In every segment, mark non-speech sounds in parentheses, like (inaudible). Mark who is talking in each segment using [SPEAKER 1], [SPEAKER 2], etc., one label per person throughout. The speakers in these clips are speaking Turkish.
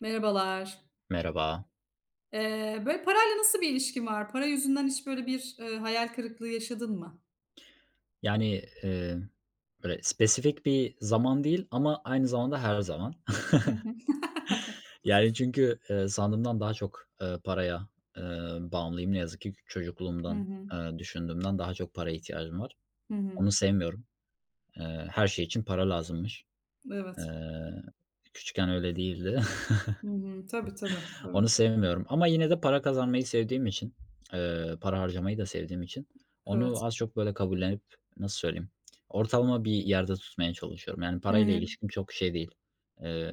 [SPEAKER 1] Merhabalar.
[SPEAKER 2] Merhaba.
[SPEAKER 1] Böyle parayla nasıl bir ilişkin var? Para yüzünden hiç hayal kırıklığı yaşadın mı?
[SPEAKER 2] Yani, böyle spesifik bir zaman değil ama aynı zamanda her zaman. (laughs)
[SPEAKER 1] Hı hı. (laughs)
[SPEAKER 2] Yani çünkü, sandığımdan daha çok, paraya, eee, bağımlıyım. Ne yazık ki
[SPEAKER 1] Hı
[SPEAKER 2] çocukluğumdan,
[SPEAKER 1] hı.
[SPEAKER 2] eee, düşündüğümden daha çok paraya ihtiyacım var.
[SPEAKER 1] Hı hı.
[SPEAKER 2] Onu sevmiyorum. Her şey için para lazımmış. Eee,
[SPEAKER 1] Evet.
[SPEAKER 2] Küçükken öyle değildi.
[SPEAKER 1] Hı hı. Tabii, tabii, tabii.
[SPEAKER 2] Onu sevmiyorum ama yine de para kazanmayı sevdiğim için, para harcamayı da sevdiğim için
[SPEAKER 1] Evet.
[SPEAKER 2] onu az çok böyle kabullenip, nasıl söyleyeyim, ortalama bir yerde tutmaya çalışıyorum. Yani
[SPEAKER 1] Hı
[SPEAKER 2] parayla
[SPEAKER 1] hı.
[SPEAKER 2] ilişkim çok şey değil.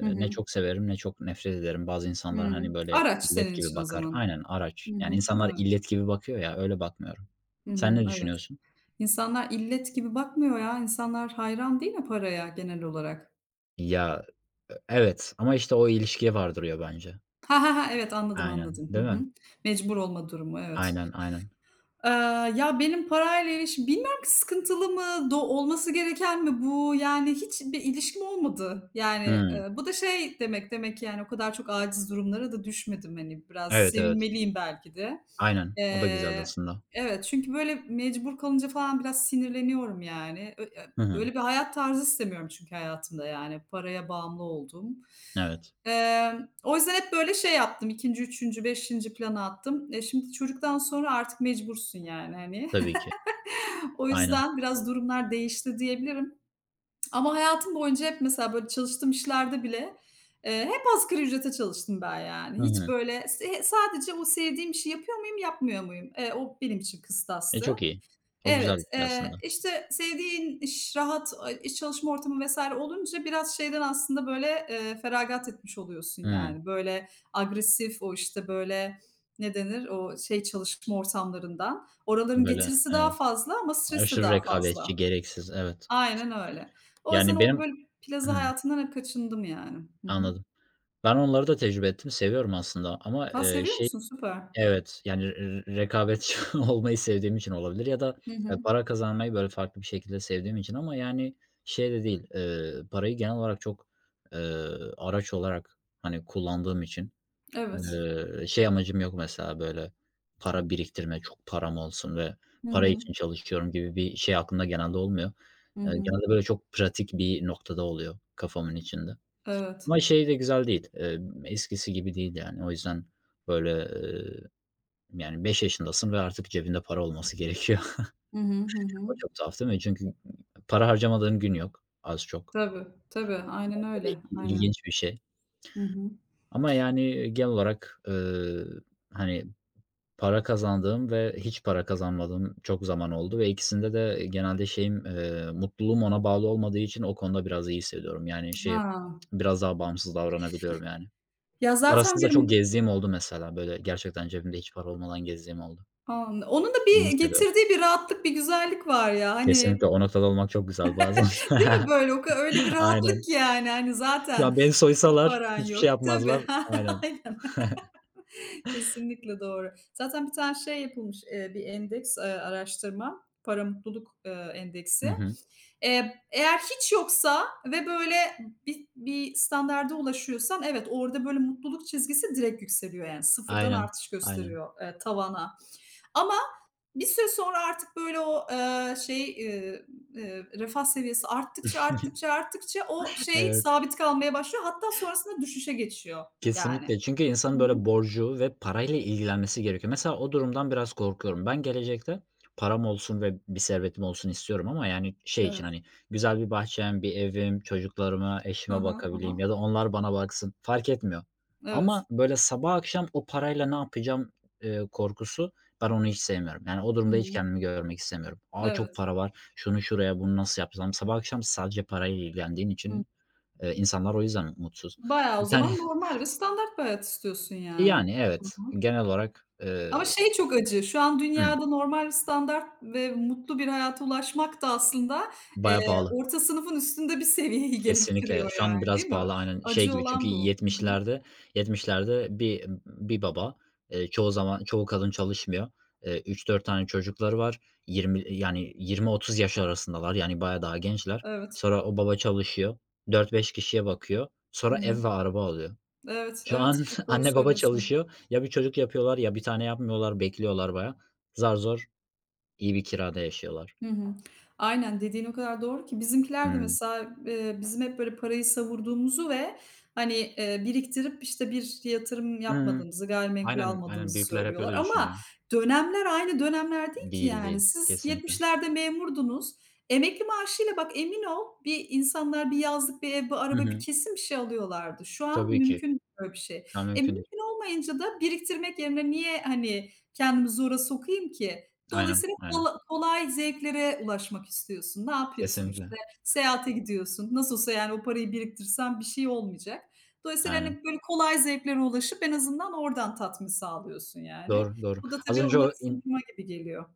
[SPEAKER 1] Hı
[SPEAKER 2] Ne
[SPEAKER 1] hı.
[SPEAKER 2] çok severim ne çok nefret ederim. Bazı insanlar,
[SPEAKER 1] Hıı.
[SPEAKER 2] hani, böyle
[SPEAKER 1] Araç
[SPEAKER 2] illet
[SPEAKER 1] senin
[SPEAKER 2] gibi
[SPEAKER 1] için o
[SPEAKER 2] bakar.
[SPEAKER 1] zaman.
[SPEAKER 2] Aynen, araç.
[SPEAKER 1] Hı
[SPEAKER 2] Yani
[SPEAKER 1] hı.
[SPEAKER 2] insanlar
[SPEAKER 1] Evet.
[SPEAKER 2] illet gibi bakıyor ya, öyle bakmıyorum.
[SPEAKER 1] Hı hı.
[SPEAKER 2] Sen ne
[SPEAKER 1] Evet.
[SPEAKER 2] düşünüyorsun?
[SPEAKER 1] İnsanlar illet gibi bakmıyor ya. İnsanlar hayran değil mi paraya genel olarak?
[SPEAKER 2] Ya, evet ama işte o ilişkiye vardırıyor bence.
[SPEAKER 1] Ha ha ha, evet, anladım,
[SPEAKER 2] Aynen,
[SPEAKER 1] anladım. Hı
[SPEAKER 2] değil
[SPEAKER 1] hı.
[SPEAKER 2] mi?
[SPEAKER 1] Mecbur olma durumu, evet.
[SPEAKER 2] Aynen, aynen.
[SPEAKER 1] Eee, benim parayla ilişkim bilmiyorum ki sıkıntılı mı, olması gereken mi bu? Yani hiç bir ilişkim olmadı.
[SPEAKER 2] Hımm.
[SPEAKER 1] Bu da şey demek, demek ki, yani, o kadar çok aciz durumlara da düşmedim. Hani, biraz
[SPEAKER 2] Evet, evet.
[SPEAKER 1] sevinmeliyim belki de.
[SPEAKER 2] Aynen. O da güzel
[SPEAKER 1] Eee,
[SPEAKER 2] aslında.
[SPEAKER 1] evet, çünkü böyle mecbur kalınca falan biraz sinirleniyorum yani. Ö
[SPEAKER 2] Hı
[SPEAKER 1] Öyle
[SPEAKER 2] hı.
[SPEAKER 1] bir hayat tarzı istemiyorum çünkü hayatımda, yani, paraya bağımlı olduğum.
[SPEAKER 2] Evet,
[SPEAKER 1] O yüzden hep böyle şey yaptım, ikinci, üçüncü, beşinci plana attım. E, şimdi çocuktan sonra artık mecbursun yani, hani.
[SPEAKER 2] tabii
[SPEAKER 1] (laughs)
[SPEAKER 2] ki.
[SPEAKER 1] O
[SPEAKER 2] Aynen.
[SPEAKER 1] yüzden biraz durumlar değişti diyebilirim. Ama hayatım boyunca hep mesela böyle çalıştığım işlerde bile, hep asgari ücrete çalıştım ben yani.
[SPEAKER 2] Hı
[SPEAKER 1] Hiç
[SPEAKER 2] hı.
[SPEAKER 1] böyle sadece o sevdiğim işi yapıyor muyum, yapmıyor muyum? O benim için
[SPEAKER 2] E,
[SPEAKER 1] kıstastı.
[SPEAKER 2] çok iyi. O güzel
[SPEAKER 1] Evet,
[SPEAKER 2] bir şey aslında.
[SPEAKER 1] işte, sevdiğin iş, rahat, iş çalışma ortamı vs. olunca biraz şeyden aslında, böyle, feragat etmiş oluyorsun,
[SPEAKER 2] Hıı.
[SPEAKER 1] yani. Böyle, agresif, o, işte, böyle, ne denir, o şey çalışma ortamlarından. Oraların
[SPEAKER 2] Böyle,
[SPEAKER 1] getirisi daha
[SPEAKER 2] evet,
[SPEAKER 1] fazla ama stresi de
[SPEAKER 2] aşırı
[SPEAKER 1] daha
[SPEAKER 2] rekabetçi,
[SPEAKER 1] fazla.
[SPEAKER 2] gereksiz, evet.
[SPEAKER 1] Aynen öyle. O yüzden
[SPEAKER 2] Yani
[SPEAKER 1] o,
[SPEAKER 2] benim.
[SPEAKER 1] böyle, plaza
[SPEAKER 2] Hıı,
[SPEAKER 1] hayatından hep kaçındım, yani. Hı hı.
[SPEAKER 2] anladım. Ben onları da tecrübe ettim, seviyorum aslında ama,
[SPEAKER 1] A,
[SPEAKER 2] eee,
[SPEAKER 1] seviyor
[SPEAKER 2] şey.
[SPEAKER 1] musun? Süper.
[SPEAKER 2] Evet, yani r r rekabetçi (laughs) olmayı sevdiğim için olabilir ya da,
[SPEAKER 1] Hı
[SPEAKER 2] eee,
[SPEAKER 1] hı.
[SPEAKER 2] para kazanmayı, böyle, farklı bir şekilde sevdiğim için ama yani şey de değil, parayı genel olarak çok, eee, araç olarak, hani, kullandığım için.
[SPEAKER 1] Evet.
[SPEAKER 2] Şey amacım yok mesela, böyle, para biriktirme, çok param olsun ve
[SPEAKER 1] Hı
[SPEAKER 2] para
[SPEAKER 1] hı.
[SPEAKER 2] için çalışıyorum gibi bir şey aklımda genelde olmuyor.
[SPEAKER 1] Hı hı.
[SPEAKER 2] Genelde böyle çok pratik bir noktada oluyor kafamın içinde.
[SPEAKER 1] Evet.
[SPEAKER 2] Ama şey de güzel değil, eskisi gibi değil yani. O yüzden, böyle, eee, yani 5 yaşındasın ve artık cebinde para olması gerekiyor. (laughs)
[SPEAKER 1] Hı hı. Hı
[SPEAKER 2] O
[SPEAKER 1] hı.
[SPEAKER 2] çok tuhaf değil mi? Çünkü para harcamadığın gün yok az çok.
[SPEAKER 1] Tabii, tabii. Aynen
[SPEAKER 2] O da il-
[SPEAKER 1] öyle. Aynen.
[SPEAKER 2] ilginç bir şey.
[SPEAKER 1] Hı hı.
[SPEAKER 2] Ama yani genel olarak, hani para kazandığım ve hiç para kazanmadığım çok zaman oldu ve ikisinde de genelde şeyim, mutluluğum ona bağlı olmadığı için o konuda biraz iyi hissediyorum. Yani, şey,
[SPEAKER 1] Ha.
[SPEAKER 2] biraz daha bağımsız davranabiliyorum, yani.
[SPEAKER 1] Ya, zaten
[SPEAKER 2] Parasız da çok gezdiğim oldu mesela. Böyle gerçekten cebimde hiç para olmadan gezdiğim oldu.
[SPEAKER 1] an onun da bir
[SPEAKER 2] Onu seviyorum.
[SPEAKER 1] getirdiği bir rahatlık, bir güzellik var ya,
[SPEAKER 2] Kesinlikle
[SPEAKER 1] hani,
[SPEAKER 2] o noktada olmak çok güzel bazen.
[SPEAKER 1] değil mi
[SPEAKER 2] (laughs)
[SPEAKER 1] böyle? O ka Öyle bir rahatlık
[SPEAKER 2] Aynen.
[SPEAKER 1] ki yani, hani,
[SPEAKER 2] Ya,
[SPEAKER 1] zaten
[SPEAKER 2] beni soysalar
[SPEAKER 1] paran
[SPEAKER 2] hiçbir şey
[SPEAKER 1] yok. Tabii.
[SPEAKER 2] yapmazlar.
[SPEAKER 1] (laughs)
[SPEAKER 2] Aynen.
[SPEAKER 1] Aynen.
[SPEAKER 2] (laughs)
[SPEAKER 1] Kesinlikle doğru. Zaten bir tane şey yapılmış, bir endeks, araştırma, para mutluluk,
[SPEAKER 2] Hı
[SPEAKER 1] endeksi.
[SPEAKER 2] hı.
[SPEAKER 1] Eğer hiç yoksa ve böyle bir standarda ulaşıyorsan evet, orada böyle mutluluk çizgisi direkt yükseliyor yani sıfırdan
[SPEAKER 2] Aynen,
[SPEAKER 1] artış
[SPEAKER 2] aynen.
[SPEAKER 1] gösteriyor, tavana. Ama bir süre sonra artık refah seviyesi
[SPEAKER 2] (laughs)
[SPEAKER 1] arttıkça o şey
[SPEAKER 2] Evet.
[SPEAKER 1] sabit kalmaya başlıyor. Hatta sonrasında düşüşe geçiyor yani.
[SPEAKER 2] Kesinlikle. Çünkü insanın
[SPEAKER 1] Hı hı.
[SPEAKER 2] böyle borcu ve parayla ilgilenmesi gerekiyor. Mesela o durumdan biraz korkuyorum. Ben gelecekte param olsun ve bir servetim olsun istiyorum ama yani şey için
[SPEAKER 1] Evet.
[SPEAKER 2] hani güzel bir bahçem, bir evim, çocuklarıma,
[SPEAKER 1] Hı
[SPEAKER 2] eşime
[SPEAKER 1] hı. Hı
[SPEAKER 2] bakabileyim
[SPEAKER 1] hı.
[SPEAKER 2] ya da onlar bana baksın fark etmiyor.
[SPEAKER 1] Evet.
[SPEAKER 2] Ama böyle sabah akşam o parayla ne yapacağım, korkusu ben onu hiç sevmiyorum. Yani o
[SPEAKER 1] Hı
[SPEAKER 2] durumda hiç
[SPEAKER 1] hı.
[SPEAKER 2] kendimi görmek istemiyorum. A, çok
[SPEAKER 1] Evet.
[SPEAKER 2] para var. Şunu şuraya, bunu nasıl yapsam? Sabah akşam sadece parayla ilgilendiğin
[SPEAKER 1] Hı.
[SPEAKER 2] için, insanlar o yüzden mutsuz.
[SPEAKER 1] Bayağı o
[SPEAKER 2] Bir tane
[SPEAKER 1] zaman normal ve standart bir hayat istiyorsun yani.
[SPEAKER 2] yani,
[SPEAKER 1] Hı
[SPEAKER 2] evet.
[SPEAKER 1] hı.
[SPEAKER 2] Genel olarak,
[SPEAKER 1] Ama şey çok acı, şu an
[SPEAKER 2] hımm.
[SPEAKER 1] dünyada normal, standart ve mutlu bir hayata ulaşmak da aslında, eee,
[SPEAKER 2] Bayağı pahalı.
[SPEAKER 1] orta sınıfın üstünde bir seviyeyi (laughs)
[SPEAKER 2] Kesinlikle.
[SPEAKER 1] gerektiriyor
[SPEAKER 2] Şu an
[SPEAKER 1] yani, değil
[SPEAKER 2] biraz
[SPEAKER 1] mi?
[SPEAKER 2] pahalı aynen. Şey
[SPEAKER 1] Acı
[SPEAKER 2] gibi çünkü
[SPEAKER 1] olan bu. Hı hı.
[SPEAKER 2] 70'lerde bir baba, çoğu zaman çoğu kadın çalışmıyor. 3-4 tane çocukları var. 20 yani 20-30 yaş arasındalar. Yani bayağı daha gençler.
[SPEAKER 1] Evet.
[SPEAKER 2] Sonra o baba çalışıyor. Dört beş kişiye bakıyor.
[SPEAKER 1] Hı
[SPEAKER 2] Sonra
[SPEAKER 1] hı.
[SPEAKER 2] ev ve araba alıyor.
[SPEAKER 1] Evet,
[SPEAKER 2] Şu
[SPEAKER 1] evet,
[SPEAKER 2] an
[SPEAKER 1] çok
[SPEAKER 2] (laughs)
[SPEAKER 1] doğru
[SPEAKER 2] anne baba
[SPEAKER 1] söylüyorsun.
[SPEAKER 2] çalışıyor. Ya bir çocuk yapıyorlar ya bir tane yapmıyorlar. Bekliyorlar bayağı. Zar zor iyi bir kirada yaşıyorlar.
[SPEAKER 1] Hı hı. Aynen, dediğin o kadar doğru ki bizimkiler de
[SPEAKER 2] Hıı.
[SPEAKER 1] mesela, bizim hep böyle parayı savurduğumuzu ve, hani, biriktirip, işte, bir yatırım
[SPEAKER 2] Hıı.
[SPEAKER 1] yapmadığımızı, gayrimenkul
[SPEAKER 2] Aynen, aynen.
[SPEAKER 1] almadığımızı
[SPEAKER 2] Büyükler hep
[SPEAKER 1] söylüyorlar
[SPEAKER 2] öyle
[SPEAKER 1] ama
[SPEAKER 2] düşünüyor.
[SPEAKER 1] dönemler aynı dönemler değil ki
[SPEAKER 2] Değil,
[SPEAKER 1] yani.
[SPEAKER 2] değil.
[SPEAKER 1] Siz
[SPEAKER 2] Kesinlikle.
[SPEAKER 1] 70'lerde memurdunuz. Emekli maaşıyla bak emin ol bir insanlar bir yazlık, bir ev, bir
[SPEAKER 2] Hı
[SPEAKER 1] araba, bir
[SPEAKER 2] hı.
[SPEAKER 1] kesin bir şey alıyorlardı. Şu an
[SPEAKER 2] Tabii ki.
[SPEAKER 1] mümkün değil böyle bir şey.
[SPEAKER 2] Şu an
[SPEAKER 1] E,
[SPEAKER 2] mümkün değil.
[SPEAKER 1] mümkün olmayınca da biriktirmek yerine niye, hani, kendimi zora sokayım ki?
[SPEAKER 2] Aynen,
[SPEAKER 1] Dolayısıyla
[SPEAKER 2] aynen.
[SPEAKER 1] kolay zevklere ulaşmak istiyorsun. Ne yapıyorsun? İşte?
[SPEAKER 2] Kesinlikle.
[SPEAKER 1] Seyahate gidiyorsun. Nasıl olsa, yani, o parayı biriktirsen bir şey olmayacak. Dolayısıyla,
[SPEAKER 2] Aynen.
[SPEAKER 1] hani, böyle kolay zevklere ulaşıp en azından oradan tatmin sağlıyorsun, yani.
[SPEAKER 2] Doğru, doğru.
[SPEAKER 1] Bu da
[SPEAKER 2] Az
[SPEAKER 1] tabii
[SPEAKER 2] önce
[SPEAKER 1] onlara
[SPEAKER 2] o in
[SPEAKER 1] sığdırma gibi geliyor.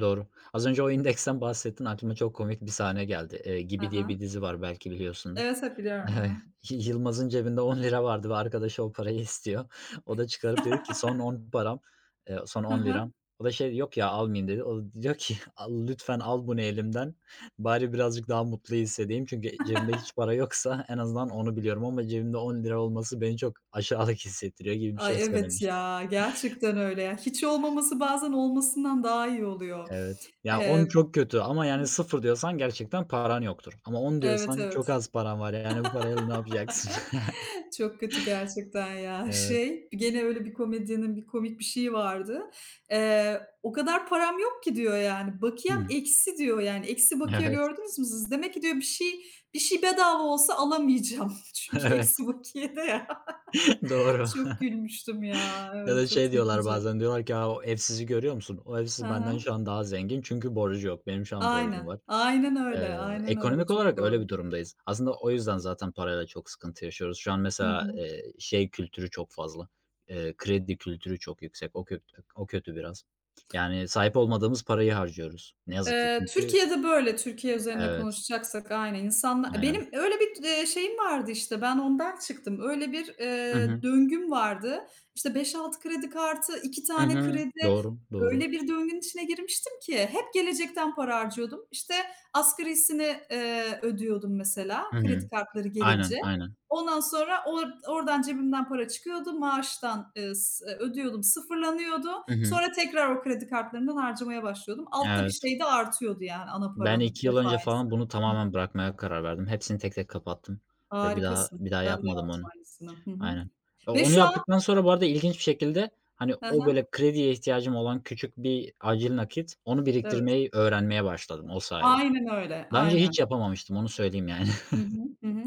[SPEAKER 2] Doğru. Az önce o indeksten bahsettin. Aklıma çok komik bir sahne geldi. Gibi diye
[SPEAKER 1] Hı
[SPEAKER 2] bir dizi var belki biliyorsundur.
[SPEAKER 1] Evet, evet,
[SPEAKER 2] (laughs)
[SPEAKER 1] biliyorum. Hı
[SPEAKER 2] Evet.
[SPEAKER 1] hı.
[SPEAKER 2] Yılmaz'ın cebinde 10 lira vardı ve arkadaşı o parayı istiyor. O da çıkarıp dedi ki son 10 param, son 10 liram. O da şey, "Yok ya almayayım." dedi. O da diyor ki, (laughs) "Al lütfen al bunu elimden. Bari birazcık daha mutlu hissedeyim." Çünkü cebimde hiç para yoksa (laughs) en azından onu biliyorum ama cebimde 10 lira olması beni çok aşağılık (laughs) hissettiriyor gibi bir şey
[SPEAKER 1] Ay, evet
[SPEAKER 2] söylemişti.
[SPEAKER 1] ya, gerçekten öyle ya. Hiç olmaması bazen olmasından daha iyi oluyor.
[SPEAKER 2] Evet. Ya
[SPEAKER 1] Eee
[SPEAKER 2] 10 çok kötü ama yani 0 diyorsan gerçekten paran yoktur. Ama 10
[SPEAKER 1] Evet,
[SPEAKER 2] diyorsan çok
[SPEAKER 1] evet.
[SPEAKER 2] az paran var. Yani bu parayla ne yapacaksın? (laughs)
[SPEAKER 1] Çok kötü gerçekten ya.
[SPEAKER 2] Evet.
[SPEAKER 1] Şey, gene öyle bir komedyenin bir komik bir şeyi vardı. "O kadar param yok ki," diyor yani. "Bakiyem
[SPEAKER 2] Hıı.
[SPEAKER 1] eksi," diyor yani. Eksi bakiye
[SPEAKER 2] Evet.
[SPEAKER 1] gördünüz mü siz? Demek ki diyor bir şey bedava olsa alamayacağım. (laughs)
[SPEAKER 2] (laughs)
[SPEAKER 1] Çünkü
[SPEAKER 2] Evet.
[SPEAKER 1] eksi bakiyede ya.
[SPEAKER 2] (laughs) Doğru.
[SPEAKER 1] Çok gülmüştüm ya.
[SPEAKER 2] Ya
[SPEAKER 1] Evet,
[SPEAKER 2] da
[SPEAKER 1] çok
[SPEAKER 2] şey diyorlar
[SPEAKER 1] zekice.
[SPEAKER 2] bazen diyorlar ki "Ya, o evsizi görüyor musun? O
[SPEAKER 1] Hı
[SPEAKER 2] evsiz benden
[SPEAKER 1] hı.
[SPEAKER 2] şu an daha zengin çünkü borcu yok. Benim şu an borcum
[SPEAKER 1] Aynen.
[SPEAKER 2] var."
[SPEAKER 1] Aynen öyle, aynen öyle.
[SPEAKER 2] Ekonomik
[SPEAKER 1] Çok
[SPEAKER 2] olarak öyle
[SPEAKER 1] doğru.
[SPEAKER 2] bir durumdayız. Aslında o yüzden zaten parayla çok sıkıntı yaşıyoruz. Şu an mesela,
[SPEAKER 1] Hı
[SPEAKER 2] şey kültürü çok fazla. Kredi kültürü çok yüksek. O kötü o kötü biraz. Yani sahip olmadığımız parayı harcıyoruz. Ne yazık ki çünkü
[SPEAKER 1] Türkiye'de böyle, Türkiye üzerinde
[SPEAKER 2] evet,
[SPEAKER 1] konuşacaksak aynen
[SPEAKER 2] aynen.
[SPEAKER 1] benim öyle bir, şeyim vardı işte, ben ondan çıktım. Öyle bir,
[SPEAKER 2] Hı hı.
[SPEAKER 1] döngüm vardı. İşte beş altı kredi kartı, 2
[SPEAKER 2] Hı
[SPEAKER 1] tane
[SPEAKER 2] hı.
[SPEAKER 1] kredi,
[SPEAKER 2] Doğru, doğru.
[SPEAKER 1] öyle bir döngünün içine girmiştim ki hep gelecekten para harcıyordum. İşte asgarisini, ödüyordum mesela
[SPEAKER 2] Hı hı.
[SPEAKER 1] kredi kartları gelince.
[SPEAKER 2] Aynen, aynen.
[SPEAKER 1] Ondan sonra oradan cebimden para çıkıyordu. Maaştan, ödüyordum, sıfırlanıyordu.
[SPEAKER 2] Hı hı.
[SPEAKER 1] Sonra tekrar o kredi kartlarından harcamaya başlıyordum. Alttaki
[SPEAKER 2] Evet.
[SPEAKER 1] şey de artıyordu yani ana
[SPEAKER 2] Ben
[SPEAKER 1] paranın
[SPEAKER 2] 2
[SPEAKER 1] ve
[SPEAKER 2] yıl önce
[SPEAKER 1] faizi.
[SPEAKER 2] falan bunu
[SPEAKER 1] Hı
[SPEAKER 2] tamamen
[SPEAKER 1] hı.
[SPEAKER 2] bırakmaya karar verdim. Hepsini tek tek kapattım ve bir daha
[SPEAKER 1] Harikasın.
[SPEAKER 2] bir daha
[SPEAKER 1] Ben de
[SPEAKER 2] yapmadım
[SPEAKER 1] yaptım
[SPEAKER 2] onu.
[SPEAKER 1] aynısını. Hı hı.
[SPEAKER 2] Aynen. E,
[SPEAKER 1] Ve
[SPEAKER 2] onu
[SPEAKER 1] şu an
[SPEAKER 2] yaptıktan sonra bu arada ilginç bir şekilde, hani,
[SPEAKER 1] Hı
[SPEAKER 2] o
[SPEAKER 1] hı.
[SPEAKER 2] böyle krediye ihtiyacım olan küçük bir acil nakit, onu
[SPEAKER 1] Evet.
[SPEAKER 2] biriktirmeyi öğrenmeye başladım o sayede.
[SPEAKER 1] Aynen öyle,
[SPEAKER 2] Daha önce
[SPEAKER 1] aynen.
[SPEAKER 2] hiç yapamamıştım, onu söyleyeyim yani.
[SPEAKER 1] Hı hı. Hı hı.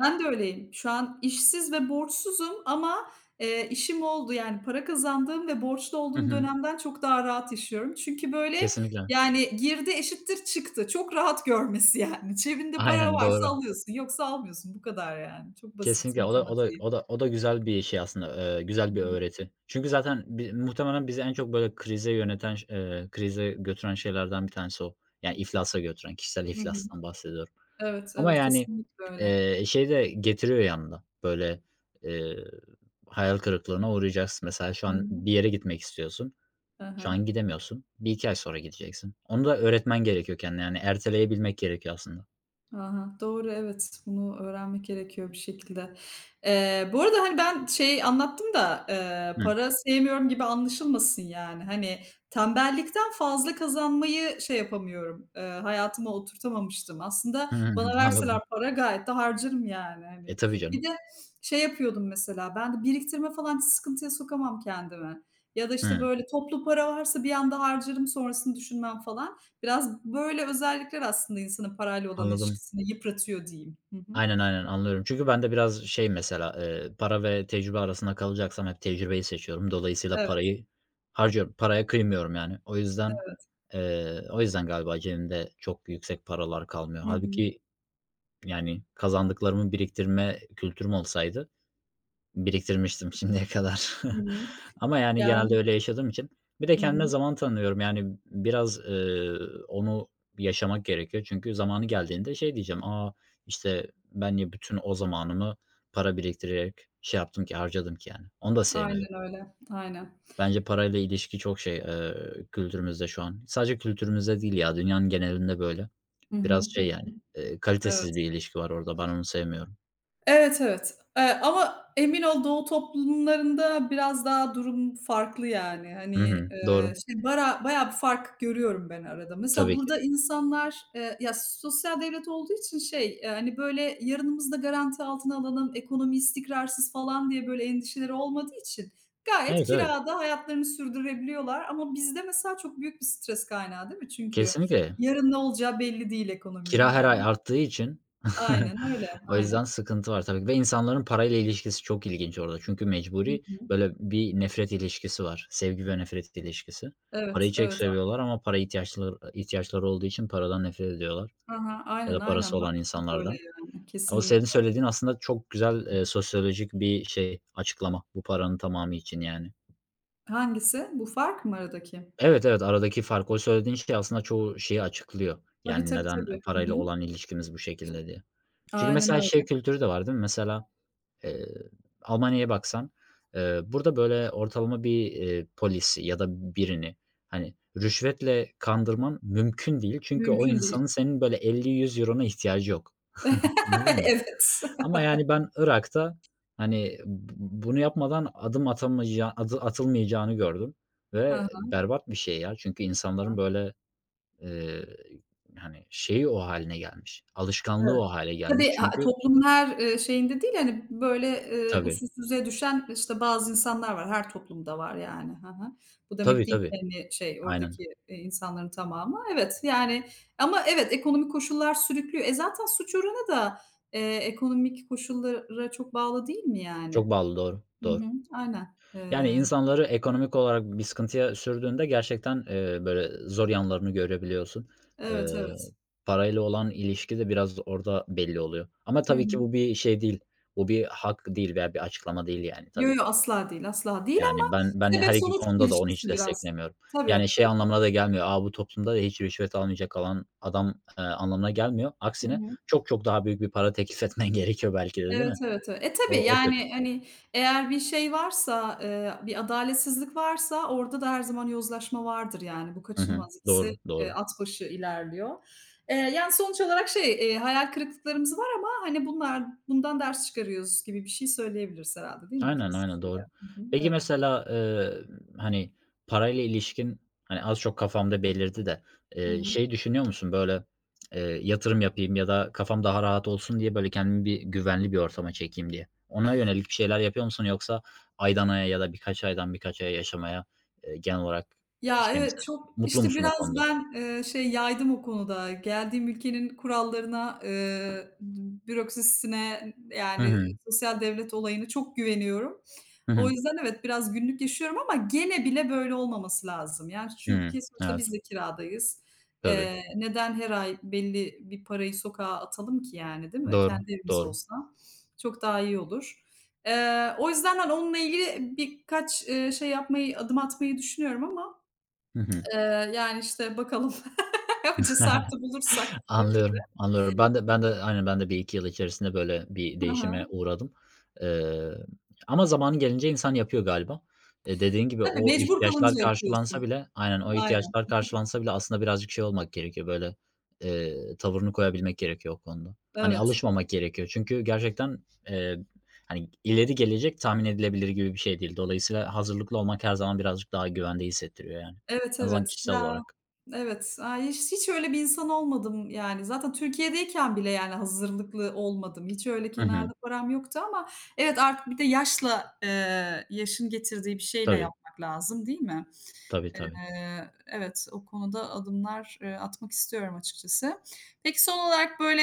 [SPEAKER 1] Ben de öyleyim. Şu an işsiz ve borçsuzum ama, işim oldu. Yani para kazandığım ve borçlu
[SPEAKER 2] (laughs) Hı
[SPEAKER 1] olduğum
[SPEAKER 2] hı.
[SPEAKER 1] dönemden çok daha rahat yaşıyorum. Çünkü böyle,
[SPEAKER 2] Kesinlikle.
[SPEAKER 1] yani girdi eşittir çıktı. Çok rahat görmesi yani. Cebinde para
[SPEAKER 2] Aynen,
[SPEAKER 1] varsa
[SPEAKER 2] doğru.
[SPEAKER 1] alıyorsun, yoksa almıyorsun. Bu kadar yani. Çok basit
[SPEAKER 2] Kesinlikle. O da o da
[SPEAKER 1] matematiği.
[SPEAKER 2] o da o da güzel bir şey aslında,
[SPEAKER 1] Hı
[SPEAKER 2] güzel bir
[SPEAKER 1] hı.
[SPEAKER 2] öğreti. Çünkü zaten muhtemelen bizi en çok böyle krize yöneten ş krize götüren şeylerden bir tanesi o. Yani iflasa götüren, kişisel
[SPEAKER 1] Hı hı.
[SPEAKER 2] iflastan bahsediyorum.
[SPEAKER 1] Evet,
[SPEAKER 2] Ama
[SPEAKER 1] evet,
[SPEAKER 2] yani,
[SPEAKER 1] kesinlikle öyle.
[SPEAKER 2] şey de getiriyor yanında, böyle, eee, hayal kırıklığına uğrayacaksın. Mesela şu
[SPEAKER 1] Hı
[SPEAKER 2] an
[SPEAKER 1] hı.
[SPEAKER 2] bir yere gitmek istiyorsun.
[SPEAKER 1] Hı
[SPEAKER 2] Şu
[SPEAKER 1] hı.
[SPEAKER 2] an gidemiyorsun. Bir iki ay sonra gideceksin. Onu da öğretmen gerekiyor kendine. Yani erteleyebilmek gerekiyor aslında.
[SPEAKER 1] Aha Doğru, evet. Bunu öğrenmek gerekiyor bir şekilde. Bu arada, hani, ben şey anlattım da,
[SPEAKER 2] Hı. (laughs)
[SPEAKER 1] para sevmiyorum gibi anlaşılmasın yani. Hani, tembellikten fazla kazanmayı şey yapamıyorum, hayatıma oturtamamıştım. Aslında
[SPEAKER 2] Hı hı.
[SPEAKER 1] bana
[SPEAKER 2] Hı.
[SPEAKER 1] verseler
[SPEAKER 2] Anladım.
[SPEAKER 1] para gayet de harcarım yani, hani.
[SPEAKER 2] E, tabii
[SPEAKER 1] Bir
[SPEAKER 2] canım.
[SPEAKER 1] de şey yapıyordum mesela, ben de biriktirme falan hiç sıkıntıya sokamam kendimi ya da, işte,
[SPEAKER 2] Hıı.
[SPEAKER 1] böyle, toplu para varsa bir anda harcarım, sonrasını düşünmem falan. Biraz böyle özellikler aslında insanın parayla olan
[SPEAKER 2] Anladım.
[SPEAKER 1] ilişkisini yıpratıyor diyeyim. Hı hı.
[SPEAKER 2] Aynen, aynen anlıyorum. Çünkü ben de biraz şey mesela, para ve tecrübe arasında kalacaksam hep tecrübeyi seçiyorum. Dolayısıyla
[SPEAKER 1] Evet.
[SPEAKER 2] parayı harcıyorum. Paraya kıymıyorum yani. O yüzden galiba cebimde çok yüksek paralar kalmıyor.
[SPEAKER 1] Hı hı.
[SPEAKER 2] Halbuki yani kazandıklarımı biriktirme kültürüm olsaydı, biriktirmiştim şimdiye kadar.
[SPEAKER 1] Hı hı.
[SPEAKER 2] (laughs) Ama, yani, genelde
[SPEAKER 1] Yani
[SPEAKER 2] öyle yaşadığım için. Bir de
[SPEAKER 1] Hı
[SPEAKER 2] kendime
[SPEAKER 1] hı.
[SPEAKER 2] zaman tanıyorum. Yani, biraz, onu yaşamak gerekiyor. Çünkü zamanı geldiğinde şey diyeceğim, "A, işte, ben niye bütün o zamanımı para biriktirerek şey yaptım ki, harcadım ki?" yani. Onu da sevmiyorum.
[SPEAKER 1] Aynen öyle, aynen.
[SPEAKER 2] Bence parayla ilişki çok şey, kültürümüzde şu an. Sadece kültürümüzde değil ya, dünyanın genelinde böyle.
[SPEAKER 1] Hı
[SPEAKER 2] Biraz
[SPEAKER 1] hı.
[SPEAKER 2] şey,
[SPEAKER 1] Hı.
[SPEAKER 2] yani,
[SPEAKER 1] Evet.
[SPEAKER 2] kalitesiz bir ilişki var orada. Ben onu sevmiyorum.
[SPEAKER 1] Evet, evet. Ama emin ol doğu toplumlarında biraz daha durum farklı yani. Hani,
[SPEAKER 2] Hı hı. Doğru.
[SPEAKER 1] şey bara bayağı bir fark görüyorum ben arada. Mesela
[SPEAKER 2] Tabii ki.
[SPEAKER 1] burada insanlar, ya sosyal devlet olduğu için hani, böyle yarınımızı da garanti altına alalım, ekonomi istikrarsız falan diye böyle endişeleri olmadığı için gayet
[SPEAKER 2] Evet, evet.
[SPEAKER 1] kirada hayatlarını sürdürebiliyorlar. Ama bizde mesela çok büyük bir stres kaynağı değil mi? Çünkü
[SPEAKER 2] Kesinlikle.
[SPEAKER 1] yarın ne olacağı belli değil ekonominin
[SPEAKER 2] Kira her ay
[SPEAKER 1] yani.
[SPEAKER 2] arttığı için
[SPEAKER 1] Aynen öyle,
[SPEAKER 2] (laughs) o yüzden
[SPEAKER 1] aynen.
[SPEAKER 2] sıkıntı var tabii ki ve insanların parayla ilişkisi çok ilginç orada. Çünkü
[SPEAKER 1] Hı
[SPEAKER 2] mecburi
[SPEAKER 1] hı.
[SPEAKER 2] böyle bir nefret ilişkisi var. Sevgi ve nefret ilişkisi.
[SPEAKER 1] Evet,
[SPEAKER 2] Parayı çok
[SPEAKER 1] evet.
[SPEAKER 2] seviyorlar ama para ihtiyaçları olduğu için paradan nefret ediyorlar
[SPEAKER 1] Hı hı.
[SPEAKER 2] ya
[SPEAKER 1] Aynen,
[SPEAKER 2] da
[SPEAKER 1] aynen.
[SPEAKER 2] parası olan
[SPEAKER 1] Kesinlikle böyle
[SPEAKER 2] insanlardan.
[SPEAKER 1] yani.
[SPEAKER 2] O senin
[SPEAKER 1] Kesinlikle.
[SPEAKER 2] söylediğin aslında çok güzel, sosyolojik bir şey, açıklama bu paranın tamamı için yani.
[SPEAKER 1] Hangisi? Bu fark mı aradaki?
[SPEAKER 2] Evet, evet, aradaki fark o söylediğin şey aslında çoğu şeyi açıklıyor.
[SPEAKER 1] Tabii,
[SPEAKER 2] Yani
[SPEAKER 1] tabii,
[SPEAKER 2] neden
[SPEAKER 1] tabii. Hı
[SPEAKER 2] parayla
[SPEAKER 1] hı.
[SPEAKER 2] olan ilişkimiz bu şekilde diye. Çünkü
[SPEAKER 1] Aynen
[SPEAKER 2] mesela şey
[SPEAKER 1] öyle.
[SPEAKER 2] kültürü de var değil mi? Mesela, eee, Almanya'ya baksan, burada böyle ortalama bir, polisi ya da birini, hani, rüşvetle kandırman mümkün değil. Çünkü o
[SPEAKER 1] Mümkün değil.
[SPEAKER 2] insanın senin böyle €50-€100'na ihtiyacı yok.
[SPEAKER 1] (laughs)
[SPEAKER 2] Anladın mı?
[SPEAKER 1] Evet.
[SPEAKER 2] Ama yani ben Irak'ta, hani, bunu yapmadan adım atamayacağı, adı atılmayacağını gördüm
[SPEAKER 1] Hı
[SPEAKER 2] ve
[SPEAKER 1] hı.
[SPEAKER 2] berbat bir şey ya. Çünkü insanların böyle, eee, hani, şeyi o haline gelmiş,
[SPEAKER 1] Evet.
[SPEAKER 2] alışkanlığı o hâle gelmiş.
[SPEAKER 1] Tabii, ha
[SPEAKER 2] Çünkü
[SPEAKER 1] toplumun her, şeyinde değil, hani, böyle,
[SPEAKER 2] tabii,
[SPEAKER 1] usulsüzlüğe düşen, işte, bazı insanlar var. Her toplumda var yani. Hı hı. Bu
[SPEAKER 2] tabii,
[SPEAKER 1] demek değil ki,
[SPEAKER 2] tabii.
[SPEAKER 1] hani, şey,
[SPEAKER 2] Aynen.
[SPEAKER 1] oradaki, insanların tamamı. Evet, yani ama evet, ekonomik koşullar sürüklüyor. E, zaten suç oranı da, ekonomik koşullara çok bağlı değil mi yani?
[SPEAKER 2] Çok bağlı, doğru,
[SPEAKER 1] Hı
[SPEAKER 2] doğru.
[SPEAKER 1] hı. Aynen.
[SPEAKER 2] Yani, insanları ekonomik olarak bir sıkıntıya sürdüğünde gerçekten, böyle, zor yanlarını görebiliyorsun. Eee,
[SPEAKER 1] Evet, evet.
[SPEAKER 2] Parayla olan ilişki de biraz orada belli oluyor. Ama
[SPEAKER 1] Hı
[SPEAKER 2] tabii ki
[SPEAKER 1] hı.
[SPEAKER 2] bu bir şey değil, bu bir hak değil veya bir açıklama değil, yani,
[SPEAKER 1] Yo,
[SPEAKER 2] tabii
[SPEAKER 1] yo,
[SPEAKER 2] ki.
[SPEAKER 1] asla değil, asla değil ama
[SPEAKER 2] Yani, ben
[SPEAKER 1] sebep
[SPEAKER 2] her 2
[SPEAKER 1] sonuç
[SPEAKER 2] konuda da onu hiç
[SPEAKER 1] ilişkisi biraz.
[SPEAKER 2] desteklemiyorum. Yani,
[SPEAKER 1] Tabii.
[SPEAKER 2] şey anlamına da gelmiyor, "A, bu toplumda da hiç rüşvet almayacak olan adam." Anlamına gelmiyor.
[SPEAKER 1] Hı
[SPEAKER 2] Aksine
[SPEAKER 1] hı.
[SPEAKER 2] çok çok daha büyük bir para teklif etmen (laughs) gerekiyor belki de, değil
[SPEAKER 1] Evet,
[SPEAKER 2] mi?
[SPEAKER 1] evet, evet. E, tabii,
[SPEAKER 2] O kötü.
[SPEAKER 1] yani, hani, eğer bir şey varsa, bir adaletsizlik varsa orada da her zaman yozlaşma vardır, yani. Bu
[SPEAKER 2] Hı hı.
[SPEAKER 1] kaçınılmaz. İkisi,
[SPEAKER 2] Doğru, doğru.
[SPEAKER 1] at başı ilerliyor. Yani, sonuç olarak hayal kırıklıklarımız var ama, hani, bunlar bundan ders çıkarıyoruz gibi bir şey söyleyebiliriz herhâlde, değil mi
[SPEAKER 2] Aynen,
[SPEAKER 1] ikimiz
[SPEAKER 2] aynen,
[SPEAKER 1] için de?
[SPEAKER 2] doğru.
[SPEAKER 1] Hı hı,
[SPEAKER 2] Peki
[SPEAKER 1] evet.
[SPEAKER 2] mesela, hani, parayla ilişkin, hani, az çok kafamda belirdi de,
[SPEAKER 1] Hı hı.
[SPEAKER 2] şey düşünüyor musun, böyle, yatırım yapayım ya da kafam daha rahat olsun diye, böyle, kendimi bir güvenli bir ortama çekeyim diye. Ona yönelik bir şeyler yapıyor musun yoksa aydan aya ya da birkaç aydan birkaç aya yaşamaya, genel olarak,
[SPEAKER 1] Ya,
[SPEAKER 2] şey
[SPEAKER 1] evet,
[SPEAKER 2] misin?
[SPEAKER 1] çok,
[SPEAKER 2] Mutlu
[SPEAKER 1] işte,
[SPEAKER 2] musun o
[SPEAKER 1] biraz
[SPEAKER 2] konuda?
[SPEAKER 1] ben, şey yaydım o konuda. Geldiğim ülkenin kurallarına, bürokrasisine,
[SPEAKER 2] Hı
[SPEAKER 1] yani,
[SPEAKER 2] hı.
[SPEAKER 1] sosyal devlet olayını çok güveniyorum.
[SPEAKER 2] Hı
[SPEAKER 1] O
[SPEAKER 2] hı.
[SPEAKER 1] yüzden evet, biraz günlük yaşıyorum ama gene bile böyle olmaması lazım. Yani, çünkü
[SPEAKER 2] Hıı.
[SPEAKER 1] sonuçta
[SPEAKER 2] Evet.
[SPEAKER 1] biz de kiradayız.
[SPEAKER 2] Tabii.
[SPEAKER 1] Neden her ay belli bir parayı sokağa atalım ki yani, değil mi?
[SPEAKER 2] Doğru,
[SPEAKER 1] Kendi evimiz
[SPEAKER 2] doğru.
[SPEAKER 1] olsa çok daha iyi olur. O yüzden, ben onunla ilgili birkaç, şey yapmayı, adım atmayı düşünüyorum ama
[SPEAKER 2] Hı hı.
[SPEAKER 1] Yani, işte, bakalım (laughs) o cesareti
[SPEAKER 2] (laughs)
[SPEAKER 1] bulursak bir şekilde.
[SPEAKER 2] Anlıyorum, anlıyorum. Ben de aynen ben de bir iki yıl içerisinde böyle bir
[SPEAKER 1] Hı
[SPEAKER 2] değişime
[SPEAKER 1] hı.
[SPEAKER 2] uğradım. Eee, Ama zamanı gelince insan yapıyor galiba. Dediğin gibi
[SPEAKER 1] Tabii
[SPEAKER 2] o
[SPEAKER 1] mecbur
[SPEAKER 2] ihtiyaçlar
[SPEAKER 1] kalınca
[SPEAKER 2] karşılansa
[SPEAKER 1] yapıyorsun.
[SPEAKER 2] bile aynen o
[SPEAKER 1] Aynen.
[SPEAKER 2] ihtiyaçlar karşılansa bile aslında birazcık şey olmak gerekiyor böyle, tavırını koyabilmek gerekiyor o konuda. Hani
[SPEAKER 1] Evet.
[SPEAKER 2] alışmamak gerekiyor. Çünkü gerçekten, hani ileri gelecek tahmin edilebilir gibi bir şey değil. Dolayısıyla hazırlıklı olmak her zaman birazcık daha güvende hissettiriyor yani.
[SPEAKER 1] Evet,
[SPEAKER 2] En azından
[SPEAKER 1] evet.
[SPEAKER 2] kişisel
[SPEAKER 1] Ya,
[SPEAKER 2] olarak.
[SPEAKER 1] evet. Ay, hiç öyle bir insan olmadım, yani. Zaten Türkiye'deyken bile, yani, hazırlıklı olmadım. Hiç öyle
[SPEAKER 2] Hı
[SPEAKER 1] kenarda
[SPEAKER 2] hı.
[SPEAKER 1] param yoktu ama evet, artık bir de yaşla, yaşın getirdiği bir şeyle
[SPEAKER 2] Tabii,
[SPEAKER 1] yapmak lazım, değil mi?
[SPEAKER 2] tabii, tabii.
[SPEAKER 1] Evet, o konuda adımlar, atmak istiyorum açıkçası. Peki son olarak, böyle,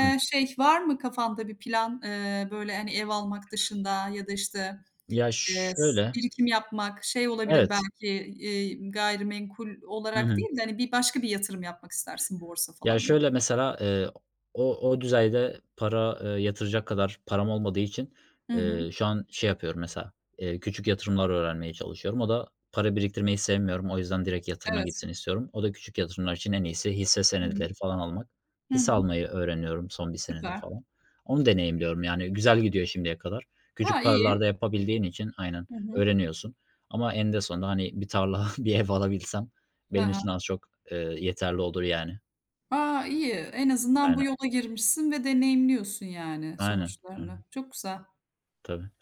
[SPEAKER 2] Hı.
[SPEAKER 1] şey var mı kafanda bir plan? Böyle, hani, ev almak dışında ya da, işte,
[SPEAKER 2] Ya,
[SPEAKER 1] eee,
[SPEAKER 2] şöyle.
[SPEAKER 1] birikim yapmak, şey olabilir
[SPEAKER 2] Evet.
[SPEAKER 1] belki, gayrimenkul
[SPEAKER 2] Hı
[SPEAKER 1] olarak
[SPEAKER 2] hı.
[SPEAKER 1] değil de, hani, başka bir yatırım yapmak istersin, borsa
[SPEAKER 2] Ya,
[SPEAKER 1] falan.
[SPEAKER 2] şöyle mesela, o düzeyde para, yatıracak kadar param olmadığı için,
[SPEAKER 1] Hı hı.
[SPEAKER 2] şu an şey yapıyorum mesela, küçük yatırımlar öğrenmeye çalışıyorum. O da para biriktirmeyi sevmiyorum. O yüzden direkt yatırıma
[SPEAKER 1] Evet.
[SPEAKER 2] gitsin istiyorum. O da küçük yatırımlar için en iyisi hisse
[SPEAKER 1] Hı hı.
[SPEAKER 2] senedileri falan almak.
[SPEAKER 1] Hı
[SPEAKER 2] Hisse
[SPEAKER 1] hı.
[SPEAKER 2] almayı öğreniyorum son bir senedir
[SPEAKER 1] Süper.
[SPEAKER 2] falan. Onu deneyimliyorum, yani, güzel gidiyor şimdiye kadar.
[SPEAKER 1] Ha,
[SPEAKER 2] Küçük
[SPEAKER 1] iyi.
[SPEAKER 2] paralarda yapabildiğin için aynen,
[SPEAKER 1] Hı hı.
[SPEAKER 2] öğreniyorsun ama en de sonunda, hani, bir tarla, (laughs) bir ev alabilsem
[SPEAKER 1] Hı
[SPEAKER 2] benim
[SPEAKER 1] hı.
[SPEAKER 2] için az çok, yeterli olur yani.
[SPEAKER 1] A, iyi. En azından bu
[SPEAKER 2] Aynen.
[SPEAKER 1] yola girmişsin ve deneyimliyorsun yani
[SPEAKER 2] Aynen,
[SPEAKER 1] sonuçlarını.
[SPEAKER 2] aynen.
[SPEAKER 1] Çok güzel.
[SPEAKER 2] Tabii.